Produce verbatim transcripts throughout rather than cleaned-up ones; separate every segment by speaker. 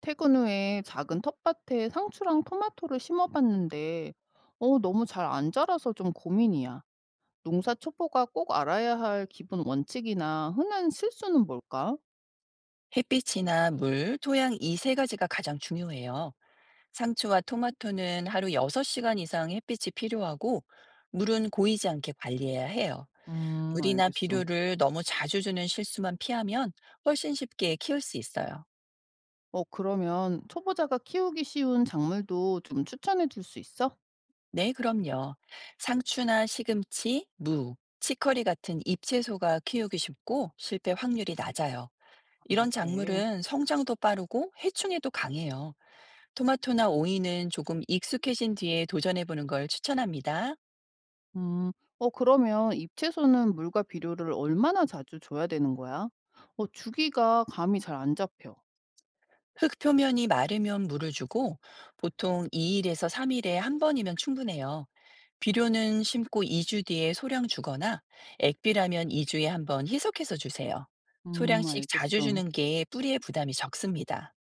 Speaker 1: 퇴근 후에 작은 텃밭에 상추랑 토마토를 심어봤는데, 어, 너무 잘 안 자라서 좀 고민이야. 농사 초보가 꼭 알아야 할 기본 원칙이나 흔한 실수는 뭘까?
Speaker 2: 햇빛이나 물, 토양 이 세 가지가 가장 중요해요. 상추와 토마토는 하루 여섯 시간 이상 햇빛이 필요하고, 물은 고이지 않게 관리해야 해요.
Speaker 1: 음,
Speaker 2: 물이나
Speaker 1: 알겠어.
Speaker 2: 비료를 너무 자주 주는 실수만 피하면 훨씬 쉽게 키울 수 있어요.
Speaker 1: 어, 그러면 초보자가 키우기 쉬운 작물도 좀 추천해 줄 수 있어?
Speaker 2: 네, 그럼요. 상추나 시금치, 무, 치커리 같은 잎채소가 키우기 쉽고 실패 확률이 낮아요.
Speaker 1: 아,
Speaker 2: 이런
Speaker 1: 그래.
Speaker 2: 작물은 성장도 빠르고 해충에도 강해요. 토마토나 오이는 조금 익숙해진 뒤에 도전해보는 걸 추천합니다.
Speaker 1: 음, 어, 그러면 잎채소는 물과 비료를 얼마나 자주 줘야 되는 거야? 어, 주기가 감이 잘 안 잡혀.
Speaker 2: 흙 표면이 마르면 물을 주고 보통 이 일에서 삼 일에 한 번이면 충분해요. 비료는 심고 이 주 뒤에 소량 주거나 액비라면 이 주에 한번 희석해서 주세요.
Speaker 1: 음,
Speaker 2: 소량씩 자주
Speaker 1: 알겠어.
Speaker 2: 주는 게 뿌리의 부담이 적습니다.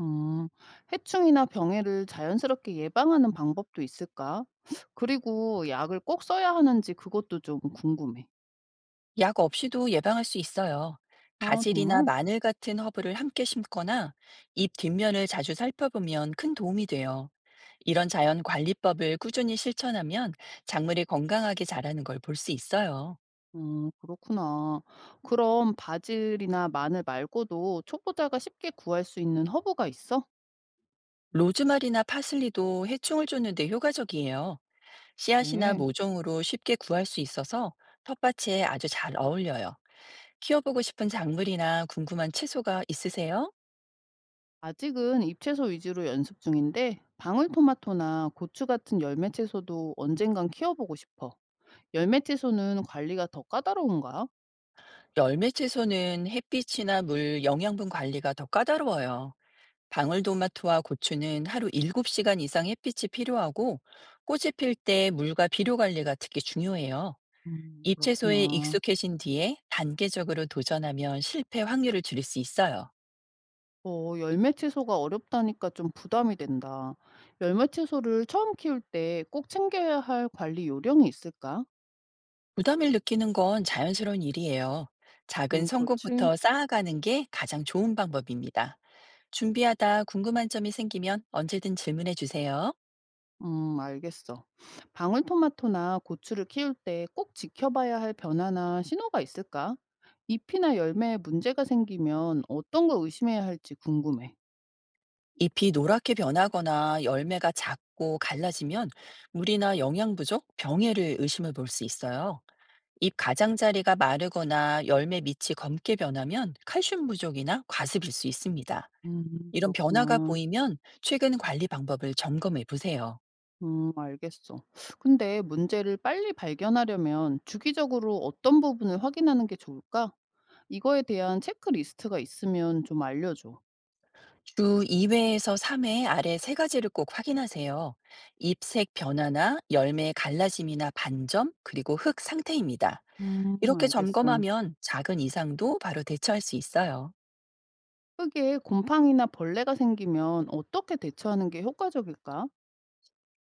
Speaker 1: 음, 해충이나 병해를 자연스럽게 예방하는 방법도 있을까? 그리고 약을 꼭 써야 하는지 그것도 좀 궁금해.
Speaker 2: 약 없이도 예방할 수 있어요.
Speaker 1: 아,
Speaker 2: 바질이나
Speaker 1: 정말?
Speaker 2: 마늘 같은 허브를 함께 심거나 잎 뒷면을 자주 살펴보면 큰 도움이 돼요. 이런 자연 관리법을 꾸준히 실천하면 작물이 건강하게 자라는 걸 볼 수 있어요.
Speaker 1: 음, 그렇구나. 그럼 바질이나 마늘 말고도 초보자가 쉽게 구할 수 있는 허브가 있어?
Speaker 2: 로즈마리나 파슬리도 해충을 쫓는데 효과적이에요. 씨앗이나
Speaker 1: 네.
Speaker 2: 모종으로 쉽게 구할 수 있어서 텃밭에 아주 잘 어울려요. 키워보고 싶은 작물이나 궁금한 채소가 있으세요?
Speaker 1: 아직은 잎채소 위주로 연습 중인데, 방울토마토나 고추 같은 열매채소도 언젠간 키워보고 싶어. 열매채소는 관리가 더 까다로운가?
Speaker 2: 열매 채소는 햇빛이나 물, 영양분 관리가 더 까다로워요. 방울토마토와 고추는 하루 일곱 시간 이상 햇빛이 필요하고 꽃이 필 때 물과 비료 관리가 특히 중요해요.
Speaker 1: 음,
Speaker 2: 잎채소에
Speaker 1: 그렇구나.
Speaker 2: 익숙해진 뒤에 단계적으로 도전하면 실패 확률을 줄일 수 있어요.
Speaker 1: 어 열매 채소가 어렵다니까 좀 부담이 된다. 열매 채소를 처음 키울 때 꼭 챙겨야 할 관리 요령이 있을까?
Speaker 2: 부담을 느끼는 건 자연스러운 일이에요. 작은
Speaker 1: 음, 그렇지.
Speaker 2: 성공부터 쌓아가는 게 가장 좋은 방법입니다. 준비하다 궁금한 점이 생기면 언제든 질문해 주세요.
Speaker 1: 음, 알겠어. 방울토마토나 고추를 키울 때 꼭 지켜봐야 할 변화나 신호가 있을까? 잎이나 열매에 문제가 생기면 어떤 걸 의심해야 할지 궁금해.
Speaker 2: 잎이 노랗게 변하거나 열매가 작고 갈라지면 물이나 영양 부족, 병해를 의심해 볼 수 있어요. 잎 가장자리가 마르거나 열매 밑이 검게 변하면 칼슘 부족이나 과습일 수 있습니다.
Speaker 1: 음,
Speaker 2: 이런 변화가
Speaker 1: 그렇구나.
Speaker 2: 보이면 최근 관리 방법을 점검해 보세요.
Speaker 1: 음, 알겠어. 근데 문제를 빨리 발견하려면 주기적으로 어떤 부분을 확인하는 게 좋을까? 이거에 대한 체크리스트가 있으면 좀 알려줘.
Speaker 2: 주 이 회에서 삼 회 아래 세 가지를 꼭 확인하세요. 잎색 변화나 열매의 갈라짐이나 반점, 그리고 흙 상태입니다.
Speaker 1: 음,
Speaker 2: 이렇게
Speaker 1: 알겠어.
Speaker 2: 점검하면 작은 이상도 바로 대처할 수 있어요.
Speaker 1: 흙에 곰팡이나 벌레가 생기면 어떻게 대처하는 게 효과적일까?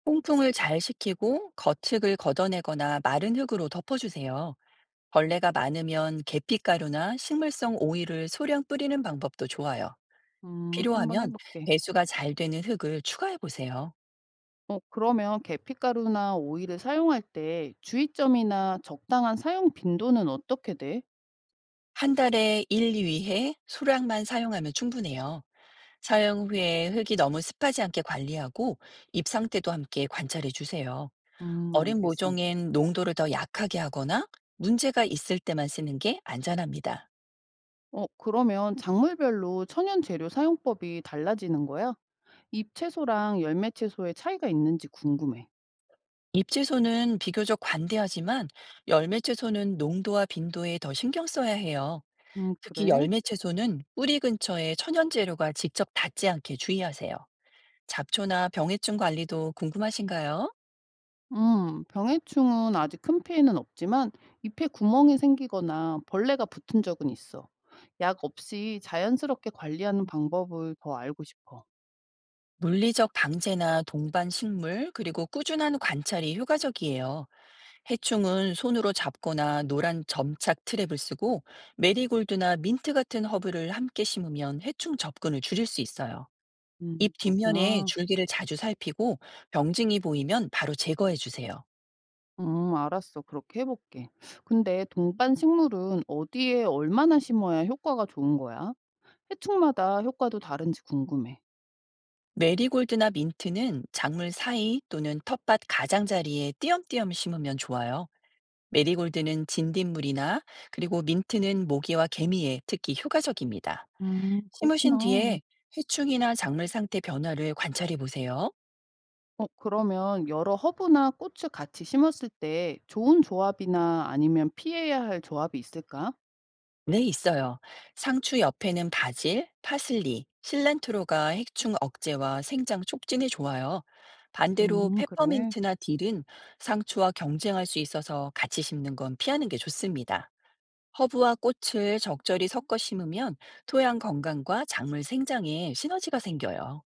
Speaker 2: 통풍을 잘 시키고 거측을 걷어내거나 마른 흙으로 덮어주세요. 벌레가 많으면 계피가루나 식물성 오일을 소량 뿌리는 방법도 좋아요.
Speaker 1: 음, 한번
Speaker 2: 필요하면
Speaker 1: 해볼게.
Speaker 2: 배수가 잘 되는 흙을 추가해 보세요.
Speaker 1: 어, 그러면 계피가루나 오일을 사용할 때 주의점이나 적당한 사용 빈도는 어떻게 돼?
Speaker 2: 한 달에 일, 이 회 소량만 사용하면 충분해요. 사용 후에 흙이 너무 습하지 않게 관리하고 잎 상태도 함께 관찰해 주세요.
Speaker 1: 음,
Speaker 2: 어린
Speaker 1: 알겠어.
Speaker 2: 모종엔 농도를 더 약하게 하거나 문제가 있을 때만 쓰는 게 안전합니다.
Speaker 1: 어, 그러면 작물별로 천연 재료 사용법이 달라지는 거야? 잎 채소랑 열매 채소의 차이가 있는지 궁금해.
Speaker 2: 잎채소는 비교적 관대하지만 열매채소는 농도와 빈도에 더 신경 써야 해요.
Speaker 1: 음,
Speaker 2: 특히
Speaker 1: 그래.
Speaker 2: 열매채소는 뿌리 근처에 천연 재료가 직접 닿지 않게 주의하세요. 잡초나 병해충 관리도 궁금하신가요?
Speaker 1: 음, 병해충은 아직 큰 피해는 없지만 잎에 구멍이 생기거나 벌레가 붙은 적은 있어. 약 없이 자연스럽게 관리하는 방법을 더 알고 싶어.
Speaker 2: 물리적 방제나 동반 식물 그리고 꾸준한 관찰이 효과적이에요. 해충은 손으로 잡거나 노란 점착 트랩을 쓰고 메리골드나 민트 같은 허브를 함께 심으면 해충 접근을 줄일 수 있어요.
Speaker 1: 음,
Speaker 2: 잎 뒷면에
Speaker 1: 그렇구나.
Speaker 2: 줄기를 자주 살피고 병증이 보이면 바로 제거해 주세요.
Speaker 1: 음, 알았어. 그렇게 해볼게. 근데 동반 식물은 어디에 얼마나 심어야 효과가 좋은 거야? 해충마다 효과도 다른지 궁금해.
Speaker 2: 메리골드나 민트는 작물 사이 또는 텃밭 가장자리에 띄엄띄엄 심으면 좋아요. 메리골드는 진딧물이나 그리고 민트는 모기와 개미에 특히 효과적입니다.
Speaker 1: 음,
Speaker 2: 심으신
Speaker 1: 그렇구나.
Speaker 2: 뒤에 해충이나 작물 상태 변화를 관찰해 보세요.
Speaker 1: 어, 그러면 여러 허브나 꽃을 같이 심었을 때 좋은 조합이나 아니면 피해야 할 조합이 있을까?
Speaker 2: 네, 있어요. 상추 옆에는 바질, 파슬리, 실란트로가 해충 억제와 생장 촉진에 좋아요. 반대로
Speaker 1: 음 그래?
Speaker 2: 페퍼민트나 딜은 상추와 경쟁할 수 있어서 같이 심는 건 피하는 게 좋습니다. 허브와 꽃을 적절히 섞어 심으면 토양 건강과 작물 생장에 시너지가 생겨요.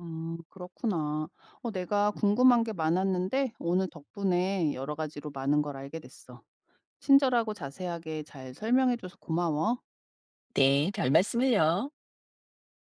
Speaker 1: 음 그렇구나. 어 내가 궁금한 게 많았는데 오늘 덕분에 여러 가지로 많은 걸 알게 됐어. 친절하고 자세하게 잘 설명해 줘서 고마워.
Speaker 2: 네, 별 말씀을요.